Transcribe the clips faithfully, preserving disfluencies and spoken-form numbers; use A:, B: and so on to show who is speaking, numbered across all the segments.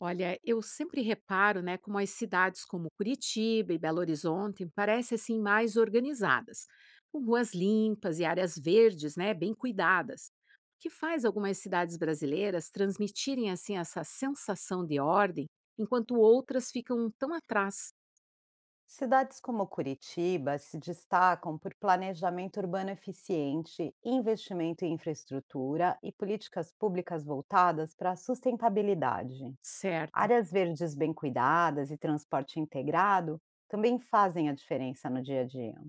A: Olha, eu sempre reparo, né, como as cidades como Curitiba e Belo Horizonte parecem assim mais organizadas, com ruas limpas e áreas verdes, né, bem cuidadas. O que faz algumas cidades brasileiras transmitirem assim essa sensação de ordem, enquanto outras ficam tão atrás,
B: Cidades como Curitiba se destacam por planejamento urbano eficiente, investimento em infraestrutura e políticas públicas voltadas para a sustentabilidade.
A: certo?
B: Áreas verdes bem cuidadas e transporte integrado também fazem a diferença no dia a dia.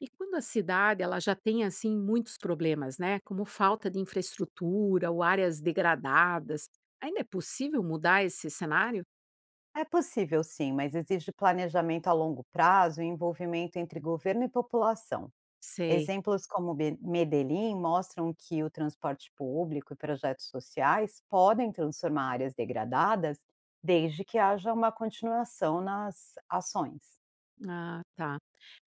A: E quando a cidade ela já tem assim muitos problemas, né, como falta de infraestrutura ou áreas degradadas, ainda é possível mudar esse cenário?
B: É possível, sim, mas exige planejamento a longo prazo e envolvimento entre governo e população.
A: Sei.
B: Exemplos como Be Medellín mostram que o transporte público e projetos sociais podem transformar áreas degradadas, desde que haja uma continuação nas ações.
A: Ah, tá.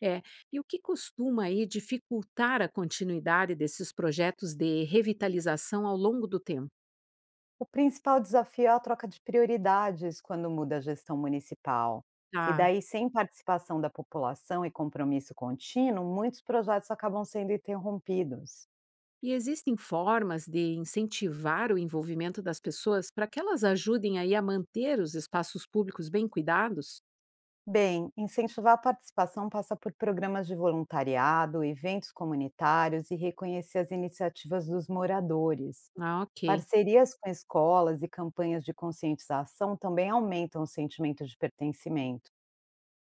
A: É. E o que costuma aí dificultar a continuidade desses projetos de revitalização ao longo do tempo?
B: O principal desafio é a troca de prioridades quando muda a gestão municipal. E
A: Tá.
B: daí, sem participação da população e compromisso contínuo, muitos projetos acabam sendo interrompidos.
A: E existem formas de incentivar o envolvimento das pessoas para que elas ajudem aí a manter os espaços públicos bem cuidados?
B: Bem, incentivar a participação passa por programas de voluntariado, eventos comunitários e reconhecer as iniciativas dos moradores.
A: Ah, ok.
B: Parcerias com escolas e campanhas de conscientização também aumentam o sentimento de pertencimento.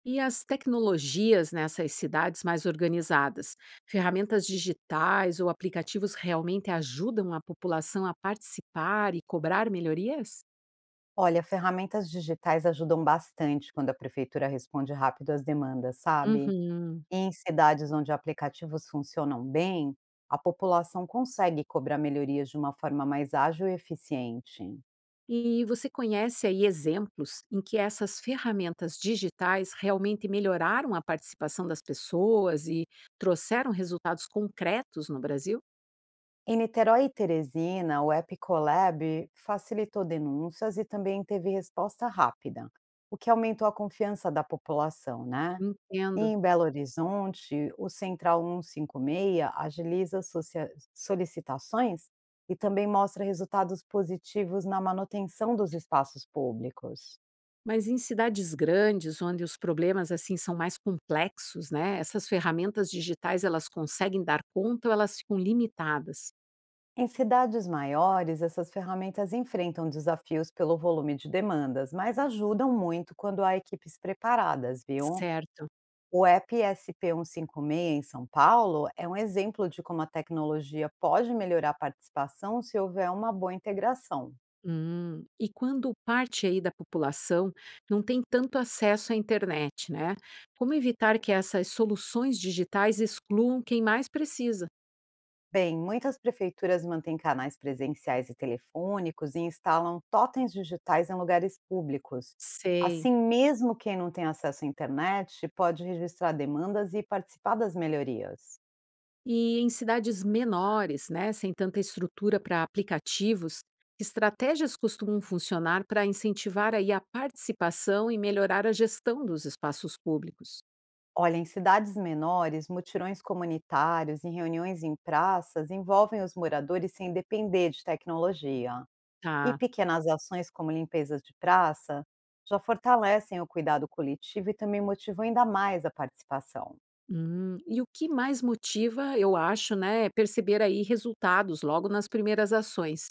A: E as tecnologias nessas cidades mais organizadas? Ferramentas digitais ou aplicativos realmente ajudam a população a participar e cobrar melhorias?
B: Olha, ferramentas digitais ajudam bastante quando a prefeitura responde rápido às demandas, sabe?
A: Uhum.
B: E em cidades onde aplicativos funcionam bem, a população consegue cobrar melhorias de uma forma mais ágil e eficiente.
A: E você conhece aí exemplos em que essas ferramentas digitais realmente melhoraram a participação das pessoas e trouxeram resultados concretos no Brasil?
B: Em Niterói e Teresina, o App Colab facilitou denúncias e também teve resposta rápida, o que aumentou a confiança da população, né? E
A: Entendo.
B: em Belo Horizonte, o Central cento e cinquenta e seis agiliza socia- solicitações e também mostra resultados positivos na manutenção dos espaços públicos.
A: Mas em cidades grandes, onde os problemas assim são mais complexos, né? Essas ferramentas digitais, elas conseguem dar conta ou elas ficam limitadas?
B: Em cidades maiores, essas ferramentas enfrentam desafios pelo volume de demandas, mas ajudam muito quando há equipes preparadas, viu?
A: Certo.
B: O app S P cento e cinquenta e seis, em São Paulo, é um exemplo de como a tecnologia pode melhorar a participação se houver uma boa integração.
A: Hum, e quando parte aí da população não tem tanto acesso à internet, né? Como evitar que essas soluções digitais excluam quem mais precisa?
B: Bem, muitas prefeituras mantêm canais presenciais e telefônicos e instalam totens digitais em lugares públicos.
A: Sei.
B: Assim, mesmo quem não tem acesso à internet pode registrar demandas e participar das melhorias.
A: E em cidades menores, né, sem tanta estrutura para aplicativos, que estratégias costumam funcionar para incentivar aí a participação e melhorar a gestão dos espaços públicos?
B: Olha, em cidades menores, mutirões comunitários e reuniões em praças envolvem os moradores sem depender de tecnologia. E
A: Tá.
B: pequenas ações como limpezas de praça já fortalecem o cuidado coletivo e também motivam ainda mais a participação.
A: Hum, e o que mais motiva, eu acho, né, é perceber aí resultados logo nas primeiras ações.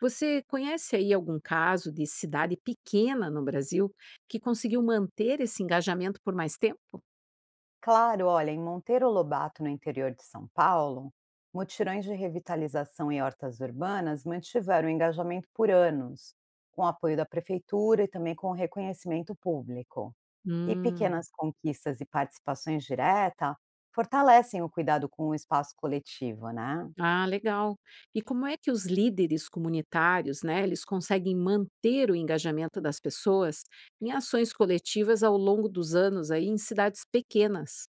A: Você conhece aí algum caso de cidade pequena no Brasil que conseguiu manter esse engajamento por mais tempo?
B: Claro, olha, em Monteiro Lobato, no interior de São Paulo, mutirões de revitalização e hortas urbanas mantiveram o engajamento por anos, com o apoio da prefeitura e também com o reconhecimento público. E
A: Hum,
B: pequenas conquistas e participações direta fortalecem o cuidado com o espaço coletivo, né?
A: ah, legal. E como é que os líderes comunitários, né, eles conseguem manter o engajamento das pessoas em ações coletivas ao longo dos anos aí em cidades pequenas?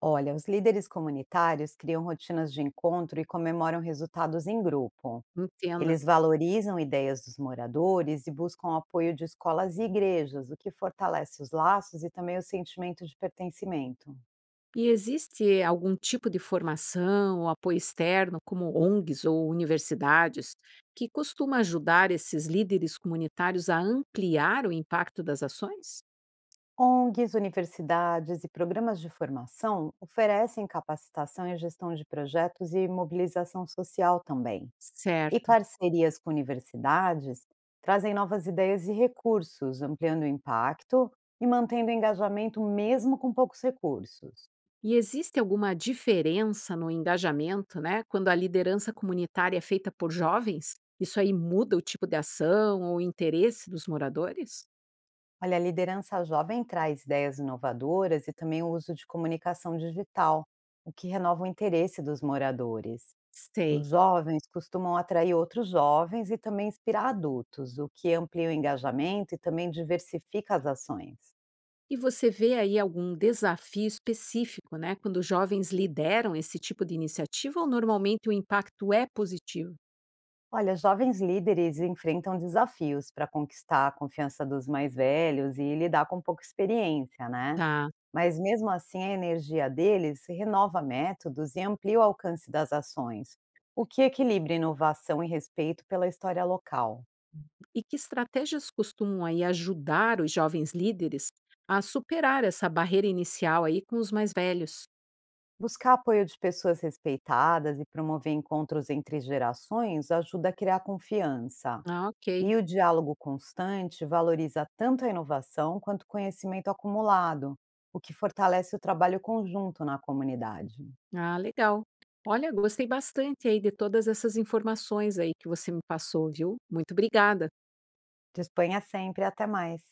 B: Olha, os líderes comunitários criam rotinas de encontro e comemoram resultados em grupo.
A: Entendo.
B: Eles valorizam ideias dos moradores e buscam apoio de escolas e igrejas, o que fortalece os laços e também o sentimento de pertencimento.
A: E existe algum tipo de formação ou apoio externo, como O N G s ou universidades, que costuma ajudar esses líderes comunitários a ampliar o impacto das ações?
B: O N Gs, universidades e programas de formação oferecem capacitação em gestão de projetos e mobilização social também. E
A: Certo.
B: parcerias com universidades trazem novas ideias e recursos, ampliando o impacto e mantendo o engajamento mesmo com poucos recursos.
A: E existe alguma diferença no engajamento, né, quando a liderança comunitária é feita por jovens? Isso aí muda o tipo de ação ou o interesse dos moradores?
B: Olha, a liderança jovem traz ideias inovadoras e também o uso de comunicação digital, o que renova o interesse dos moradores.
A: Sei.
B: Os jovens costumam atrair outros jovens e também inspirar adultos, o que amplia o engajamento e também diversifica as ações.
A: E você vê aí algum desafio específico, né, quando jovens lideram esse tipo de iniciativa ou normalmente o impacto é positivo?
B: Olha, jovens líderes enfrentam desafios para conquistar a confiança dos mais velhos e lidar com pouca experiência, né?
A: Tá.
B: Mas mesmo assim, a energia deles renova métodos e amplia o alcance das ações, o que equilibra inovação e respeito pela história local.
A: E que estratégias costumam aí ajudar os jovens líderes a superar essa barreira inicial aí com os mais velhos?
B: Buscar apoio de pessoas respeitadas e promover encontros entre gerações ajuda a criar confiança.
A: Ah, ok.
B: E o diálogo constante valoriza tanto a inovação quanto o conhecimento acumulado, o que fortalece o trabalho conjunto na comunidade.
A: Ah, legal. Olha, gostei bastante aí de todas essas informações aí que você me passou, viu? Muito obrigada.
B: Disponha sempre, até mais.